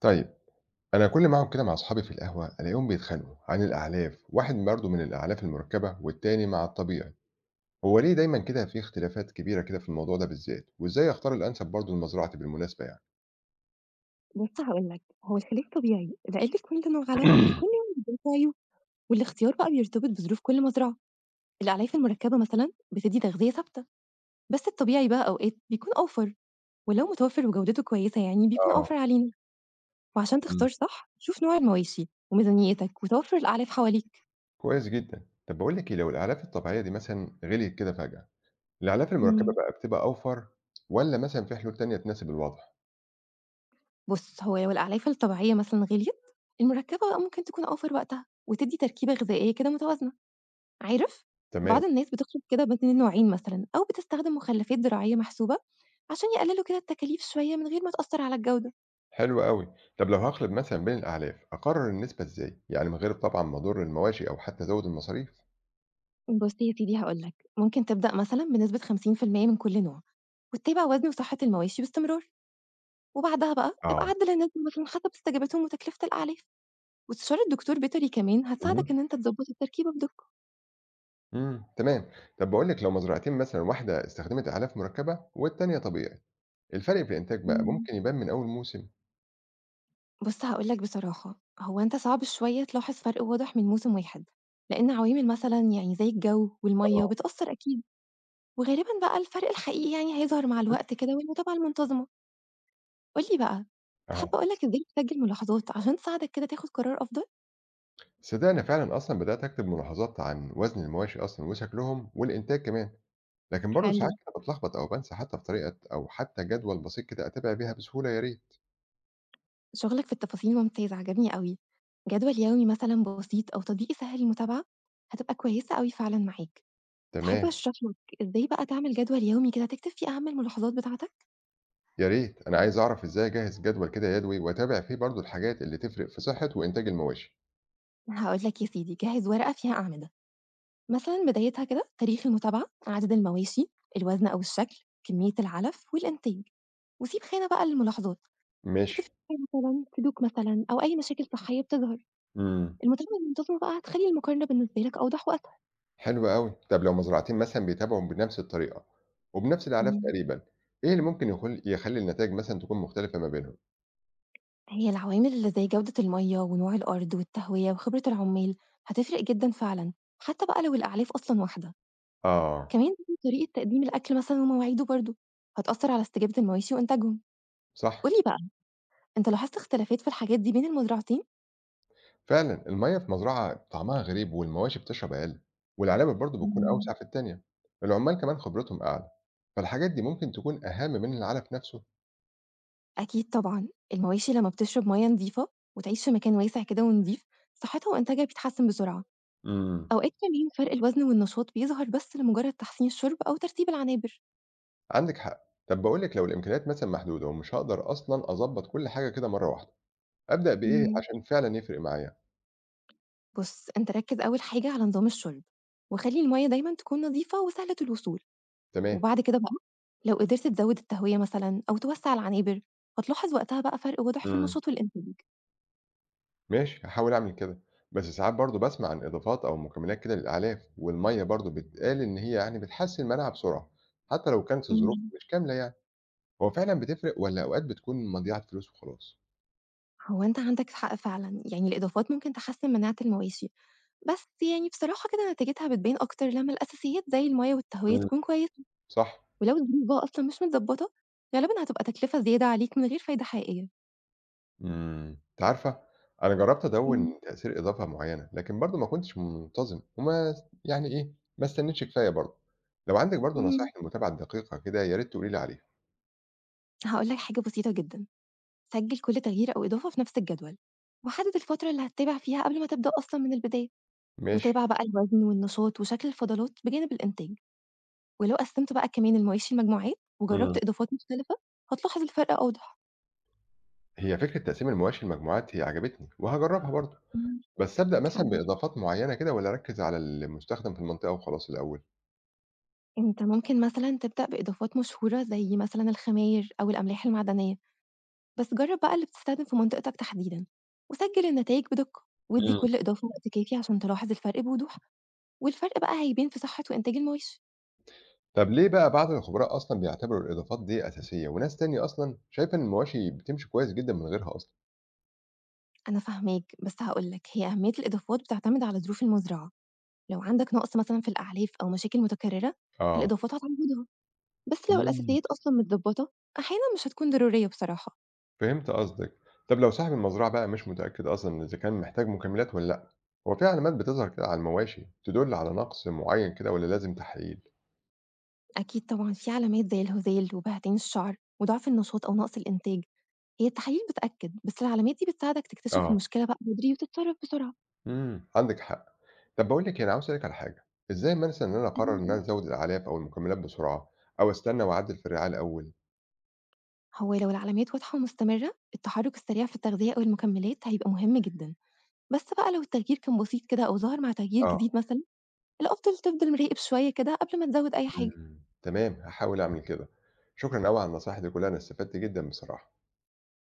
طيب، أنا كل ما أقعد كده مع أصحابي في القهوة ألاقيهم بيتخانقوا عن الأعلاف، واحد برضه من الأعلاف المركبة والتاني مع الطبيعي، هو ليه دايما كده في اختلافات كبيرة كده في الموضوع ده بالذات؟ وإزاي أختار الأنسب برضه لمزرعتي بالمناسبة يعني؟ بُص هاقول لك، هو الخلاف طبيعي، لإن كل نوع علف بيكون له ظروف وعيوب، والاختيار بقى بيرتبط بظروف كل مزرعة. الأعلاف المركبة مثلًا بتدي تغذية ثابتة، بس الطبيعي بقى أوقات بيكون أوفر، ولو متوفر وجودته كويسة بيكون أوفر آه. علينا. وعشان امم تختار صح، شوف نوع المواشي وميزانيتك وتوفر الأعلاف حواليك. كويس جدا، طب بقول لك إيه، لو الأعلاف الطبيعية دي مثلا غليت كده فجأة، الأعلاف المركبة إمم. بقى بتبقى أوفر ولا مثلا في حلول تانية تناسب الوضع؟ بُص، هو لو الأعلاف الطبيعية مثلًا غليت، المركبة بقى ممكن تكون أوفر وقتها، وتدي تركيبة غذائية كده متوازنة. عارف، تمام. بعض الناس بتخلط كده ما بين النوعين مثلًا أو بتستخدم مخلفات زراعية محسوبة عشان يقللوا كده التكاليف شوية من غير ما تأثر على الجودة. حلو قوي، طب لو هخلط مثلا بين الأعلاف أقرر النسبة إزاي؟ يعني من غير طبعا ما أضر المواشي أو حتى أزود المصاريف؟ بُص يا سيدي هاقول لك، ممكن تبدأ مثلًا بنسبة 50% من كل نوع، وتتابع وزن وصحة المواشي باستمرار، وبعدها بقى ابقى آه، عدّل النسبة مثلًا حسب استجابتهم وتكلفة الأعلاف، واستشارة دكتور بيطري كمان هتساعدك اهم، إن أنت تضبط التركيبة بدقة. إمم، تمام. طب باقول لِك، لو مزرعتين مثلًا واحدة استخدمت أعلاف مركبة والتانية طبيعي، الفرق في الإنتاج بقى إمم. ممكن يبان من أول موسم؟ بُص هاقول لك بصراحة، هو أنت صعب شوية تلاحظ فرق واضح من موسم واحد، لإن عوامل مثلًا زي الجو والمَيّة آه، بتأثر أكيد. وغالبًا بقى الفرق الحقيقي هيظهر مع اهم. الوقت كده والمتابعة المنتظمة. قُل لي بقى، تحب أها، أقول لك إزاي تسجّل ملاحظات عشان تساعدك كده تاخد قرار أفضل؟ صدقني أنا فعلًا أصلًا بدأت أكتب ملاحظات عن وزن المواشي أصلًا وشكلهم والإنتاج كمان، لكن برضه حلو. ساعات كده باتلخبط أو بانسى، حتى في طريقة أو حتى جدول بسيط كده أتابع بيها بسهولة يا ريت. شغلك في التفاصيل ممتاز، عجبني أوي. جدول يومي مثلًا بسيط أو تطبيق يسهّل المتابعة، هتبقى كويسة أوي فعلًا معاك. تحب تمام، أشرح لك إزاي بقى تعمل جدول يومي كده تكتب فيه أهم الملاحظات بتاعتك؟ يا ريت، أنا عايز أعرف إزاي أجهّز جدول كده يدوي وأتابع فيه برضه الحاجات اللي تفرق في صحة وإنتاج المواشي. هاقول لك يا سيدي، جهّز ورقة فيها أعمدة، مثلًا بدايتها كده تاريخ المتابعة، عدد المواشي، الوزن أو الشكل، كمية العلف والإنتاج، وسيب خانة بقى للملاحظات. ماشي، تكتشفي مثلًا سلوك مثلًا أو أي مشاكل صحية بتظهر، إمم. المتابعة المنتظمة بقى هتخلّي المقارنة بالنسبة لك أوضح وأسهل. حلو أوي. طب لو مزرعتين مثلًا بيتابعوا بنفس الطريقة، وبنفس الأعلاف إمم. تقريبًا، إيه اللي ممكن يخلّي النتايج مثلًا تكون مختلفة ما بينهم؟ هي العوامل اللي زي جودة المَيّة ونوع الأرض والتهوية وخبرة العمّال هتفرق جدًا فعلًا، حتى بقى لو الأعلاف أصلًا واحدة، آه، كمان طريقة تقديم الأكل مثلًا ومواعيده برضه هتأثّر على استجابة المواشي وإنتاجهم. قُل صح، لي بقى، أنت لاحظت اختلافات في الحاجات دي بين المزرعتين؟ فعلًا المَيّة في مزرعة طعمها غريب والمواشي بتشرب أقل، والعنابر برضه بتكون إمم. أوسع في التانية. العمال كمان خبرتهم أعلى، فالحاجات دي ممكن تكون أهم من العلف نفسه. أكيد طبعًا، المواشي لمّا بتشرب مَيّة نضيفة وتعيش في مكان واسع كده ونضيف، صحتها وإنتاجها بيتحسن بسرعة. إمم، أوقات كمان فرق الوزن والنشاط بيظهر بس لمجرد تحسين الشرب أو ترتيب العنابر. عندِك حق. طب باقول لِك، لو الإمكانيات مثلًا محدودة ومش هاقدر أصلًا أضبّط كل حاجة كده مرّة واحدة، أبدأ بإيه امم عشان فعلًا يفرق معايا؟ بص أنت ركز أول حاجة على نظام الشرب وخلي المية دايما تكون نظيفة وسهلة الوصول. تمام. وبعد كده بقى لو قدرت تزود التهوية مثلا أو توسع العنابر هتلاحظ وقتها بقى فرق واضح في إمم. النشاط والإنتاج. ماشي، هاحاول أعمل كده، بس ساعات برضه باسمع عن إضافات أو مكملات كده للأعلاف، والمَيّة برضه بيتقال إن هي يعني بتحسّن المناعة بسرعة، حتى لو كانت الظروف امم مش كاملة يعني، هو فعلًا بتفرق والّا أوقات بتكون مضيعة فلوس وخلاص؟ هو أنت عندك حق فعلا، الإضافات ممكن تحسن مناعة المواشي، بس بصراحة كده نتيجتها بتبان أكتر لما الأساسيات زي المية والتهوية إمم، تكون كويسة. صح. ولو الظروف بقى أصلًا مش متضبطة، غالبًا هتبقى تكلفة زيادة عليك من غير فايدة حقيقية. أنتِ عارفة أنا جرّبت أدوّن إمم، تأثير إضافة معيّنة، لكن برضه ما كنتش منتظم وما س يعني إيه، ما استنيتش كفاية برضه، لو عندِك برضه نصايح اهم. للمتابعة الدقيقة كده يا ريت تقولي لي عليها. هاقول لك حاجة بسيطة جدًا، سجل كل تغيير أو إضافة في نفس الجدول، وحدد الفترة اللي هتتابع فيها قبل ما تبدأ أصلًا من البداية، ماشي، وتابع بقى الوزن والنشاط وشكل الفضلات بجانب الإنتاج، ولو قسمت بقى كمان المواشي لمجموعات وجربت إمم، إضافات مختلفة، هتلاحظ الفرق أوضح. هي فكرة تقسيم المواشي لمجموعات هي عجبتني وهاجرّبها برضه. إمم، بس أبدأ مثلًا حلو. بإضافات معيّنة كده والّا أركّز على المستخدم في المنطقة وخلاص الأول؟ أنت ممكن مثلًا تبدأ بإضافات مشهورة زي مثلًا الخماير أو الأملاح المعدنية. بس جرّب بقى اللي بتستخدم في منطقتك تحديدًا، وسجّل النتايج بدقة، وادّي إمم. كل إضافة وقت كافي عشان تلاحظ الفرق بوضوح، والفرق بقى هيبان في صحة وإنتاج المواشي. طب ليه بقى بعض الخبراء أصلًا بيعتبروا الإضافات دي أساسية وناس تانية أصلًا شايفة إن المواشي بتمشي كويس جدًا من غيرها أصلًا؟ أنا فاهماك، بس هاقول لك هي أهمية الإضافات بتعتمد على ظروف المزرعة، لو عندك نقص مثلًا في الأعلاف أو مشاكل متكررة، آه. الإضافات هتعوّضها، بس لو إمم. الأساسيات أصلًا متضبّطة، أحيانًا مش هتكون ضرورية بصراحة. فهمت قصدك. طب لو صاحب المزرعة بقى مش متأكد أصلًا إذا كان محتاج مكملات والّا لأ، هو في علامات بتظهر كده على المواشي تدل على نقص معيّن كده والّا لازم تحاليل؟ أكيد طبعًا في علامات زي الهزال وبهتين الشعر وضعف النشاط أو نقص الإنتاج، هي التحاليل بتأكد، بس العلامات دي بتساعدك تكتشف آه. المشكلة بقى بدري وتتصرّف بسرعة. إمم، عندِك حق. طب باقول لِك إيه، أنا عاوز أسألِك على حاجة، إزاي مثلًا إن أنا أقرر إن أنا اهم. أزوّد الأعلاف أو المكملات بسرعة، أو أستنى وأعدّل في الرعاية الأول؟ هو لو العلامات واضحة ومستمرة، التحرُّك السريع في التغذية أو المكملات هيبقى مهم جدًا، بس بقى لو التغيير كان بسيط كده أو ظهر مع تغيير آه، جديد مثلًا، الأفضل تفضل مراقب شوية كده قبل ما تزوّد أي حاجة. إمم، تمام، هاحاول أعمل كده، شكرًا أوي على النصايح دي كلها، أنا استفدت جدًا بصراحة.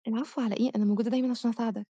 العفو على إيه، أنا موجودة دايمًا عشان أساعدك.